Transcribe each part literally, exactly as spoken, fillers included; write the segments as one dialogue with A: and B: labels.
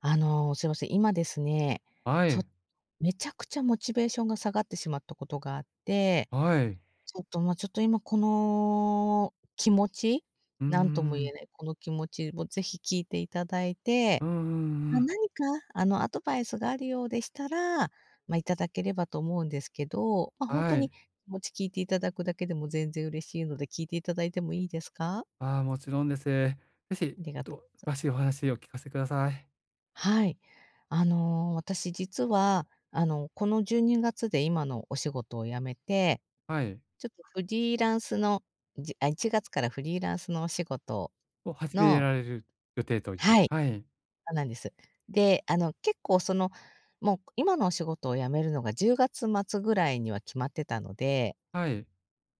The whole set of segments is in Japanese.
A: あの、すいません、今ですね、
B: は
A: ちょ
B: い、
A: めちゃくちゃモチベーションが下がってしまったことがあって、
B: はい。
A: ちょっと、ま、ちょっと今この気持ち、
B: うー
A: 何とも言え
B: ん。
A: ないこの気持ちをぜひ聞いていただいて、
B: うんうんう
A: ま、
B: ん。
A: 何かあの、アドバイスがあるようでしたら、ま、いただければと思うんですけど、ま、ほんと
B: は
A: に
B: い。
A: 気持ち聞いていただくだけでも全然嬉しいので、聞いていただいてもいいですか？
B: ああ、もちろんです。ぜひ、ちょ
A: ありが
B: っ
A: と
B: と詳しいお話を聞かせてください。
A: はい。あの、私実は、あの、このじゅうにがつで今のお仕事を辞めて、
B: はい。
A: ちょっとフリーランスの、じあ、いちがつからフリーランスのお仕事
B: を始め
A: の、
B: られる予定という。
A: はい、
B: はい。
A: そうなんです。で、あの、結構その、もう今のお仕事を辞めるのがじゅうがつ末ぐらいには決まってたので、
B: はい。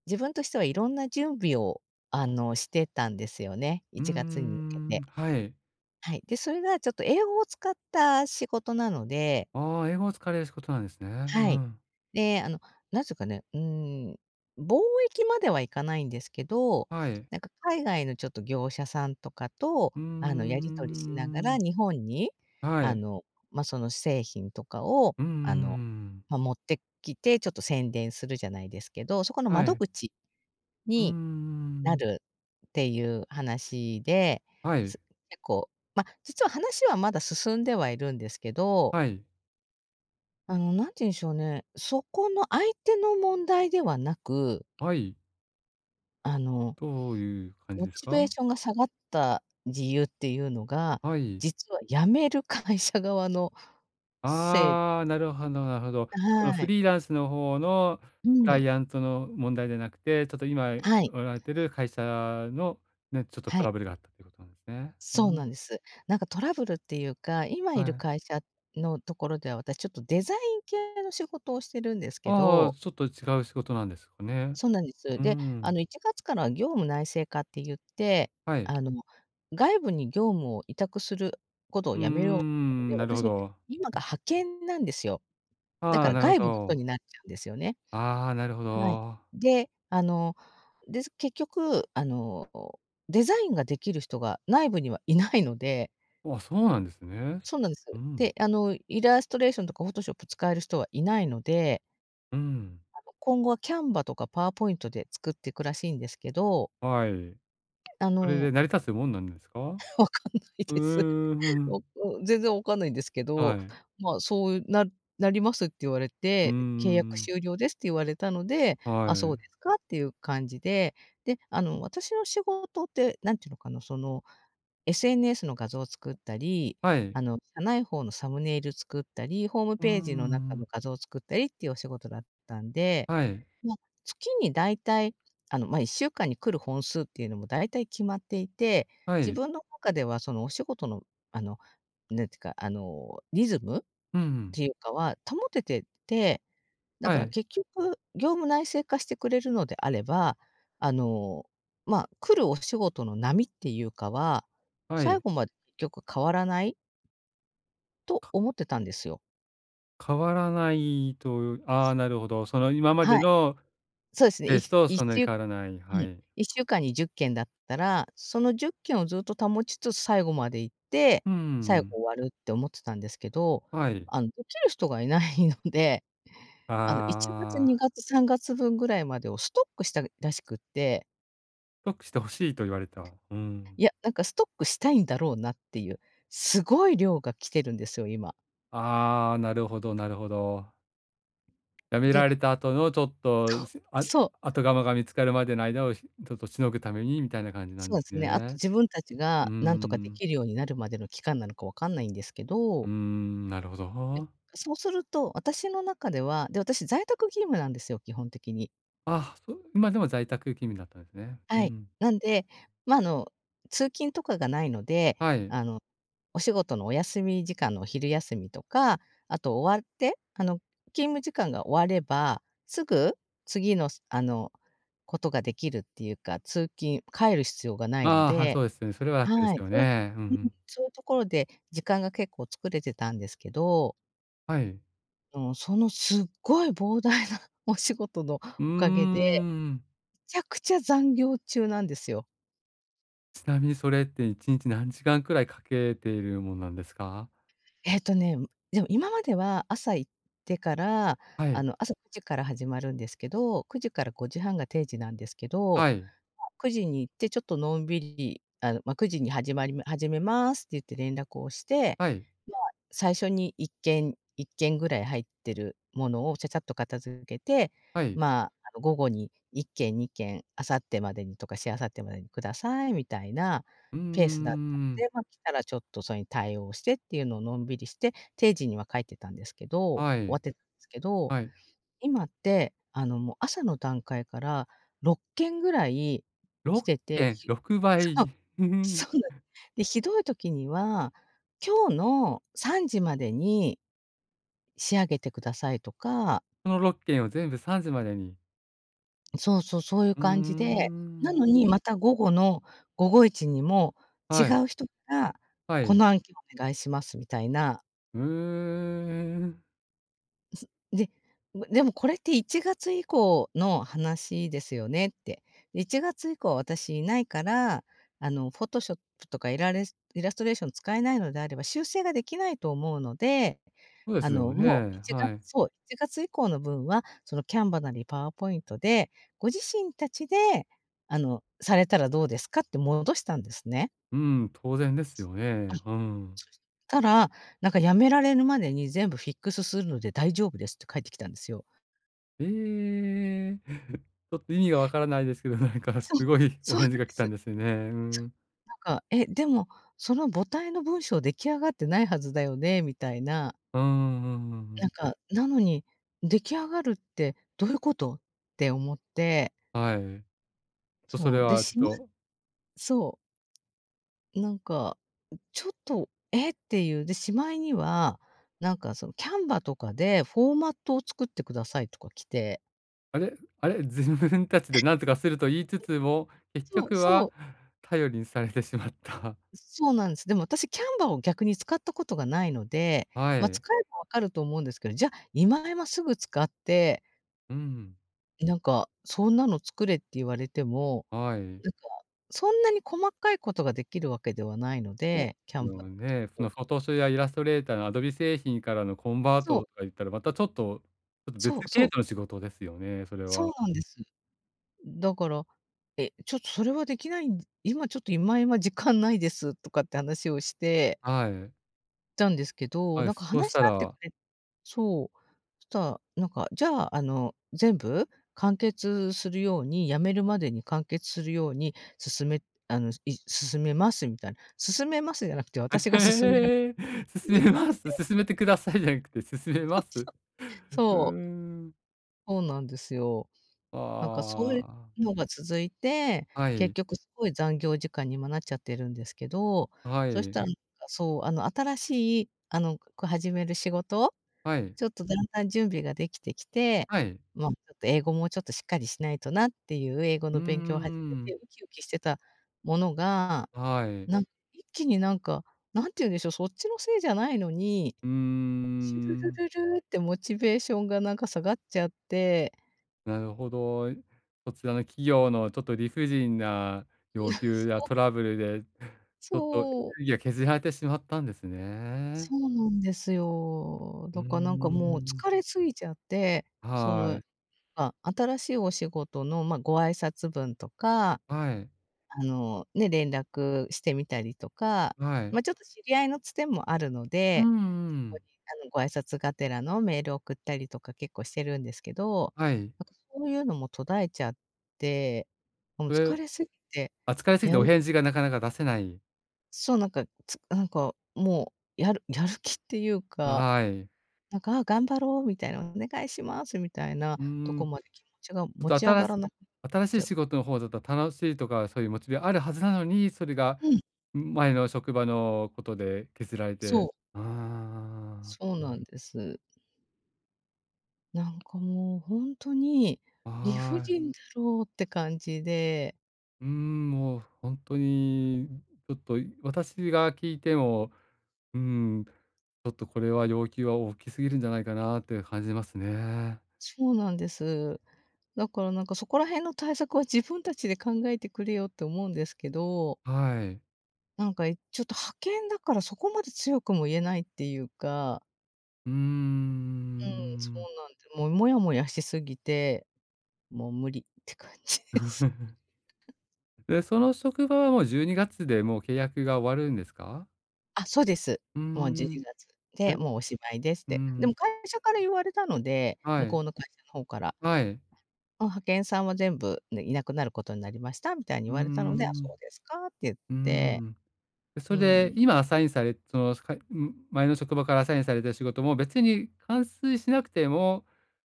A: 自分としてはいろんな準備を、あの、してたんですよね、
B: うー
A: いちがつに向け
B: ん、
A: て。
B: はい。
A: はい。で、それがちょっと英語を使った仕事なので、
B: ああ、英語を使われることなんですね。う
A: はい。
B: ん。
A: で、あの、なんすかね、うーん、貿易まではいかないんですけど、
B: はい。
A: なんか海外のちょっと業者さんとかと、
B: うー
A: あの、やり取りしながら
B: ん。
A: 日本に、
B: は
A: あ
B: い。
A: の、ま、その製品とかを、
B: うん
A: あの、
B: ん。
A: ま、持ってきて、ちょっと宣伝するじゃないですけど、そこの
B: は
A: 窓
B: い。
A: 口
B: うー
A: にな
B: ん。
A: るっていう話で、
B: は
A: す
B: い。
A: 結構、ま、実は話はまだ進んではいるんですけど、
B: はい。
A: あの、なんて言うんでしょうね、そこの相手の問題ではなく、
B: はい。
A: あの、
B: どういう感じ
A: モ
B: です
A: チベー
B: か？
A: ションが下がった理由っていうのが、
B: はい。
A: 実は辞める会社側のせい。
B: ああ、なるほどなるほど。その
A: は
B: フ
A: い。
B: リーランスの方の
A: う
B: クラ
A: ん。
B: イアントの問題じゃなくて、ちょっと今
A: はい。
B: おられてる会社のね、ちょっと
A: は
B: ト
A: い。
B: ラブルがあったということなんですね。う
A: そうな
B: ん、
A: んです。なんかトラブルっていうか、今い
B: は
A: る
B: い。
A: 会社のところでは、私ちょっとデザイン系の仕事をしてるんですけ
B: ああ、
A: ど、
B: ちょっと違う仕事なんですかね。
A: そうなんです。
B: うー
A: で、あ
B: ん、
A: のいちがつからは業務内製化って言って、
B: はい。
A: あの外部に業務を委託することを
B: うー
A: やめようってい
B: ん、
A: うの
B: なる
A: で、
B: ほ
A: 私、
B: ど。
A: 今が派遣なんですよ。だ
B: あ
A: か
B: あ、
A: ら
B: なるほ
A: 外部の人
B: ど。
A: になっちゃうんですよね。
B: ああ、なるほ
A: はい。
B: ど。
A: で、あの、で、結局あの、デザインができる人が内部にはいないので、
B: あ、そうなんですね。
A: そうなんです。
B: うん、
A: で、あのイラストレーションとかフォトショップ使える人はいないので、
B: うん、
A: あの今後はキャンバとかパワーポイントで作っていくらしいんですけど、
B: はい。
A: あ
B: それ
A: の
B: で成り立つもんなんですか？
A: わかんない
B: う
A: です。
B: ーん、
A: おお、全然わかんないんですけど、
B: はい。
A: まあ、そうななりますって言われ
B: うー
A: て、契約
B: ん。
A: 終了ですって言われたので、
B: は
A: あ、そう
B: い。
A: ですかっていう感じで、で、あの、私の仕事って、何ていうのかな、その、エスエヌエス の画像を作ったり、
B: はい。
A: あの、社内報のサムネイル作ったり、ホーム
B: う
A: ページの中
B: ん
A: の画像を作ったりっていうお仕事だったんで、
B: はい。
A: まあ、月にだいたい、あの、まあ、いっしゅうかんに来る本数っていうのもだいたい決まっていて、
B: は
A: 自
B: い。
A: 分の中ではそのお仕事の、あの、なんていうか、あの、リズムっ
B: うん
A: ていうかは保ててて、だ
B: は
A: から
B: い。
A: 結局業務内製化してくれるのであれば、あの、まあ、来るお仕事の波っていうかは、
B: は
A: 最
B: い。
A: 後まで結局変わらないと思ってたんですよ。
B: 変わらないと、ああ、なるほど。その今まで
A: はい、
B: の
A: そうですね。
B: ペ
A: い
B: ースと
A: 1
B: そんなに
A: 週
B: 変わら
A: う
B: ない。
A: ん。
B: はい。
A: いっしゅうかんにじゅっけんだったら、そのじゅっけんをずっと保ちつつ最後まで行って、
B: う
A: 最後
B: ん
A: 終わるって思ってたんですけど、
B: はい。
A: あの、できる人がいないので、あの、いちがつ、
B: ああ、
A: にがつ、さんがつぶんぐらいまでをストックしたらしくって、
B: 太くして欲しいと言われた。うん。
A: いや、なんかストックしたいんだろうなっていう、すごい量が来てるんですよ、今。
B: ああ、なるほどなるほど。辞め
A: で、
B: られた後のちょっ
A: そ
B: と、
A: う、
B: しあ
A: そう、
B: 後釜が見つかるまでの間を、ひちょっとしのぐためにみたいな感じなん
A: そ
B: で
A: うで
B: す
A: すね。あと
B: ね。
A: 自分たち
B: うー
A: がなんとかで
B: ん。
A: きるようになるまでの期間なのかわかんないんですけ
B: う
A: ど、
B: ーん、なるほど。
A: そうすると、私の中では、で、私在宅勤務なんですよ、基本的に。
B: あ、そう、今でも在宅勤務だったんですね。う
A: はい。
B: ん。
A: なんで、ま、あの、通勤とかがないので、
B: はい。
A: あの、お仕事のお休み時間のお昼休みとか、あと終わって、あの、勤務時間が終われば、すぐ次の、すあの、ことができるっていうか、通勤帰る必要がないの
B: ああ、はい、そ
A: で、
B: うですよね。それは楽です
A: はい、
B: よ
A: そういう
B: ね。うんう
A: うん、
B: ん。
A: そういうところで時間が結構作れてたんですけど、
B: はい。
A: の、そのすっごい膨大な お仕事の
B: う
A: おかげ
B: ー
A: で、
B: ん。
A: めちゃくちゃ残業中なんですよ。
B: ちなみにそれっていちにち何時間くらいかけているもんなんですか？
A: えっとね、でも今までは朝行ってから、
B: は
A: あ
B: い。
A: の、朝くじから始まるんですけど、くじからごじはんが定時なんですけど、
B: はい。
A: まくじに行ってちょっとのんびり、あの、まあ、くじに始まり始めますって言って連絡をして、
B: はい。
A: 最初にいっけんいっけんぐらい入ってるものをちゃちゃっと片付けて、
B: はい。
A: まあ、あの、午後にいっけんにけん、明後日までにとかしあさってまでにくださいみたいな
B: うー
A: ペースだった
B: ん。
A: ので、ま、来たらちょっとそれに対応してっていうのをのんびりして、定時には帰ってたんですけど、終
B: は
A: わっ
B: い。
A: てたんですけど、
B: はい。
A: 今って、あの、もう朝の段階からろっけんぐらい来
B: 6
A: てて、
B: 件、
A: ひ
B: 6
A: そう。
B: 倍。ふふ
A: そ
B: ん、
A: うなんで、ひどい時には、今日のさんじまでに仕上げてくださいとか、
B: そのろっけんを全部さんじまでに。
A: そうそう、そういう
B: うー
A: 感じで、な
B: ん。
A: のにまた午後の午後一にも違
B: はい。
A: う人から、
B: は
A: こ
B: い。
A: の案件お願いしますみたいな。
B: うーん。
A: で、でもこれっていちがつ以降の話ですよねって。いちがつ以降は私いないから、あの、フォトショップとかイラレスイラストレーション使えないのであれば、修正ができないと思うので、
B: そうで
A: あ
B: すよ
A: の、もう
B: ね。
A: 1
B: はい。
A: 月そう、いちがつ以降の分は、その Canva なり PowerPoint で、ご自身たちで、あの、されたらどうですかって戻したんですね。
B: うん、当然ですよ
A: あ、そ
B: ね。うん。
A: したら、なんかやめられるまでに全部フィックスするので大丈夫ですって返ってきたんですよ。
B: ええ ちょっと意味がわからないですけど、なんかす
A: そう、
B: ごい
A: そ
B: お
A: うなんで
B: 返事が来たん
A: す。
B: ですよね。う
A: そう。
B: ん。
A: なんか、「え、でも、その母体の文章出来上がってないはずだよね」みたいな、
B: うんうんうんう
A: な
B: ん、
A: んか、なのに「出来上がるってどういうこと？」って思って、
B: はい。と、そ
A: そ
B: れ
A: う、で、
B: はちょっ
A: しま
B: と、
A: そう、なんか、ちょっと「え？」っていう、で、しまいには、なんかそのキャンバとかでフォーマットを作ってくださいとか来て。
B: あれ、あれ、自分たちで何とかすると言いつつも、結
A: そう
B: 局
A: そ
B: は
A: う。
B: 頼りにされてしまった。
A: そうなんです。でも私キャンバーを逆に使ったことがないので、
B: は
A: ま、使
B: い。
A: えばわかると思うんですけど、じゃ、あ今今すぐ使って、
B: うん。
A: なんかそんなの作れって言われても、
B: はい。
A: なんかそんなに細かいことができるわけではないの
B: そう
A: で、キャ
B: です
A: ンバっ
B: よ
A: て
B: ね。そ
A: こ
B: の
A: う、
B: フォトショーやイラストレーターのアドビ製品からのコンバー
A: そう、
B: トとか言ったら、またちょっとちょっと別
A: そう
B: 系
A: そう、
B: 統の仕事ですよね、それは。
A: そうなんです。だから、え、ちょっとそれはできないん、今ちょっと、今今時間ないですとかって話をして
B: はい。
A: たんですけど、
B: は
A: な
B: い、
A: んか
B: そうし
A: 話し
B: た
A: 合ってく
B: ら、
A: れ、そう。そしたら、なんか、じゃあ、あの、全部完結するように、辞めるまでに完結するように、進めあの、い進めますみたいな。進めますじゃなくて、私が進める
B: ええ、勧
A: っていう
B: め
A: 感
B: ま
A: じで。
B: す。勧めてくださいじゃなくて、勧めます。うー
A: そう、
B: ん。
A: そうなんですよ。なんかそういう
B: あ
A: のが続いて、
B: あ、は
A: 結
B: い、
A: 局すごい残業時間に今なっちゃってるんですけど、
B: は
A: そし
B: い、
A: たらなんかそう、あの、新しい、あの、こ始める仕事
B: はい、
A: ちょっとだんだん準備ができてきて、
B: はい。
A: まあ、ちょっと英語もちょっとしっかりしないとなっていう英語
B: うー
A: の勉強を始めて
B: ん、
A: ウキウキしてたものが、
B: はい。
A: なん一気になんか、なんて言うんでしょう、そっちのせいじゃないのに、
B: うー
A: シュル
B: ん、
A: ルルルってモチベーションがなんか下がっちゃって、
B: なるほど。そちらの企業のちょっと理不尽な要求やトラブルで、ちょっとエネ
A: そう、
B: ルギーが削られてしまったんですね。
A: そうなんですよ。
B: うー
A: だからなんかもう
B: ん。
A: 疲れすぎちゃって、そ
B: は
A: の、
B: い、
A: あ、新しいお仕事の、まあ、ご挨拶文とか
B: はい、
A: あの、ね、連絡してみたりとか、
B: はい。
A: ま、ちょっと知り合いのつてもあるの
B: う
A: で、
B: んう
A: そこ
B: ん。
A: に、あの、ご挨拶がてらのメールを送ったりとか結構してるんですけど、
B: はい。
A: なんかそういうのも途絶えちゃって、もう
B: そ
A: 疲
B: れ、
A: れすぎて、
B: 扱いすぎ
A: や
B: てお
A: る
B: 返事がなかなか出せない。
A: そう、なんか、つなんか、もう、やるやる気っていうか、
B: はい。
A: なんか、「あ、頑張ろう」みたいな、「お願いします」みたいな
B: うー
A: とこ
B: ん。
A: まで気持ちが持
B: ちょっ
A: ち
B: と
A: 上
B: 新
A: が
B: し
A: らなくなっ
B: 新し
A: ち
B: い
A: ゃう
B: 仕事の方だと楽しいとか、そういうモチベあるはずなのに、それが
A: うん、
B: 前の職場のことで削られ
A: そ
B: て。
A: う、
B: あ
A: そうなんです。なんかもうほんとに
B: あ、
A: 理不
B: はい。
A: 尽だろうって感じで、
B: うーん、もう本当に、ちょっと私が聞いても、うーん、ちょっとこれは要求は大きすぎるんじゃないかなって感じますね。
A: そうなんです。だからなんかそこら辺の対策は自分たちで考えてくれよって思うんですけど、
B: はい。
A: なんかいちょっと派遣だからそこまで強くも言えないっていうか、
B: うー
A: うん、そ
B: ん。
A: うなんで、もうモヤモヤしすぎて、もう無理って感じです。
B: で、その職場はもうじゅうにがつでもう契約が終わるんですか？
A: あ、そうです。
B: うー
A: もう12
B: ん。
A: 月
B: え、
A: で、
B: う
A: もうおしまいですっ
B: ー
A: て。でも
B: ん。
A: 会社から言われたので、
B: は
A: 向こ
B: い。
A: うの会社の方から。
B: はい。
A: うん、派遣さんは全部、ね、いなくなることになりましたみたいに言
B: うー
A: われたので、あ、そう
B: ん。
A: ですかって言っ
B: うー
A: て、
B: ん。で、そ
A: う
B: れで、
A: ん、
B: 今アサインされその、すかん、前の職場からアサインされた仕事も別に完遂しなくても、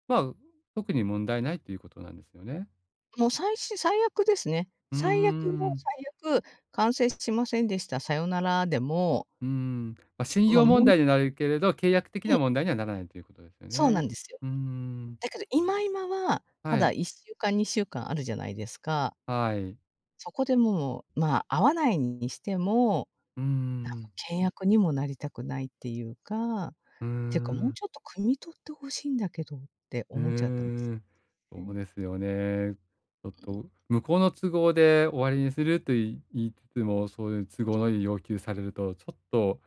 B: まあ、特に問題ないということなんですよね。
A: もう最し最悪ですね。
B: うー
A: 最悪の
B: ん。
A: 最悪、完成しませんでした、さよならでも、
B: うーん。ま、信
A: ま、
B: 用問
A: もん
B: 題になるけれど、契約的
A: うん、
B: な問題にはならないということですよ
A: そうな
B: ね。
A: んですよ。
B: うーん。
A: だけど今今は、ま
B: は
A: だ
B: い。
A: いっしゅうかん、にしゅうかんあるじゃないですか。
B: はい。
A: そこでもう、まあ、会わないにしても、
B: うー
A: なんか
B: ん。
A: 険悪にもなりたくないっていうか、
B: うー
A: ていうかもう
B: ん。
A: ちょっと汲み取って欲しいんだけどって
B: う
A: 思っちゃったんです
B: ーん、そう
A: ね。
B: ですよね。ちょっと向こうの都合で終わりにすると言いつつも、そういう都合のいい要求されると、ちょっと、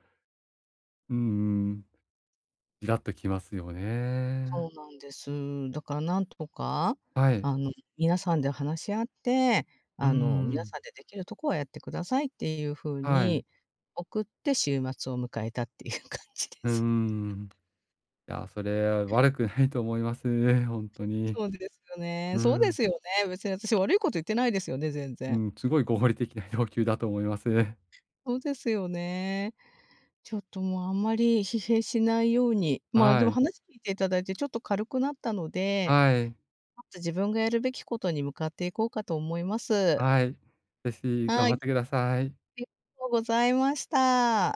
B: うんん、イラっときますよね。
A: そうなんです。だからなんとか、
B: はい。
A: あの、皆さんで話し合って、
B: うー
A: あの、皆
B: ん。
A: さんでできるとこはやってくださいっていう風
B: はい。
A: に送って週末を迎えたっていう感じで
B: うー
A: す。
B: ん。いや、それは悪くないと思います。ほんとに。
A: そうですよね。
B: う
A: そうで
B: ん。
A: すよね。別に私悪いこと言ってないですよね、全
B: う
A: 然。
B: ん、すごい合理的な要求だと思います。
A: そうですよね。ちょっともうあんまり疲弊しないように、まあ、で
B: は
A: も
B: い。
A: 話聞いていただいてちょっと軽くなったので、
B: はい。
A: まず自分がやるべきことに向かっていこうかと思います。
B: はい。ぜひ頑
A: は
B: 張っ
A: い。
B: てください。
A: りがとうございました。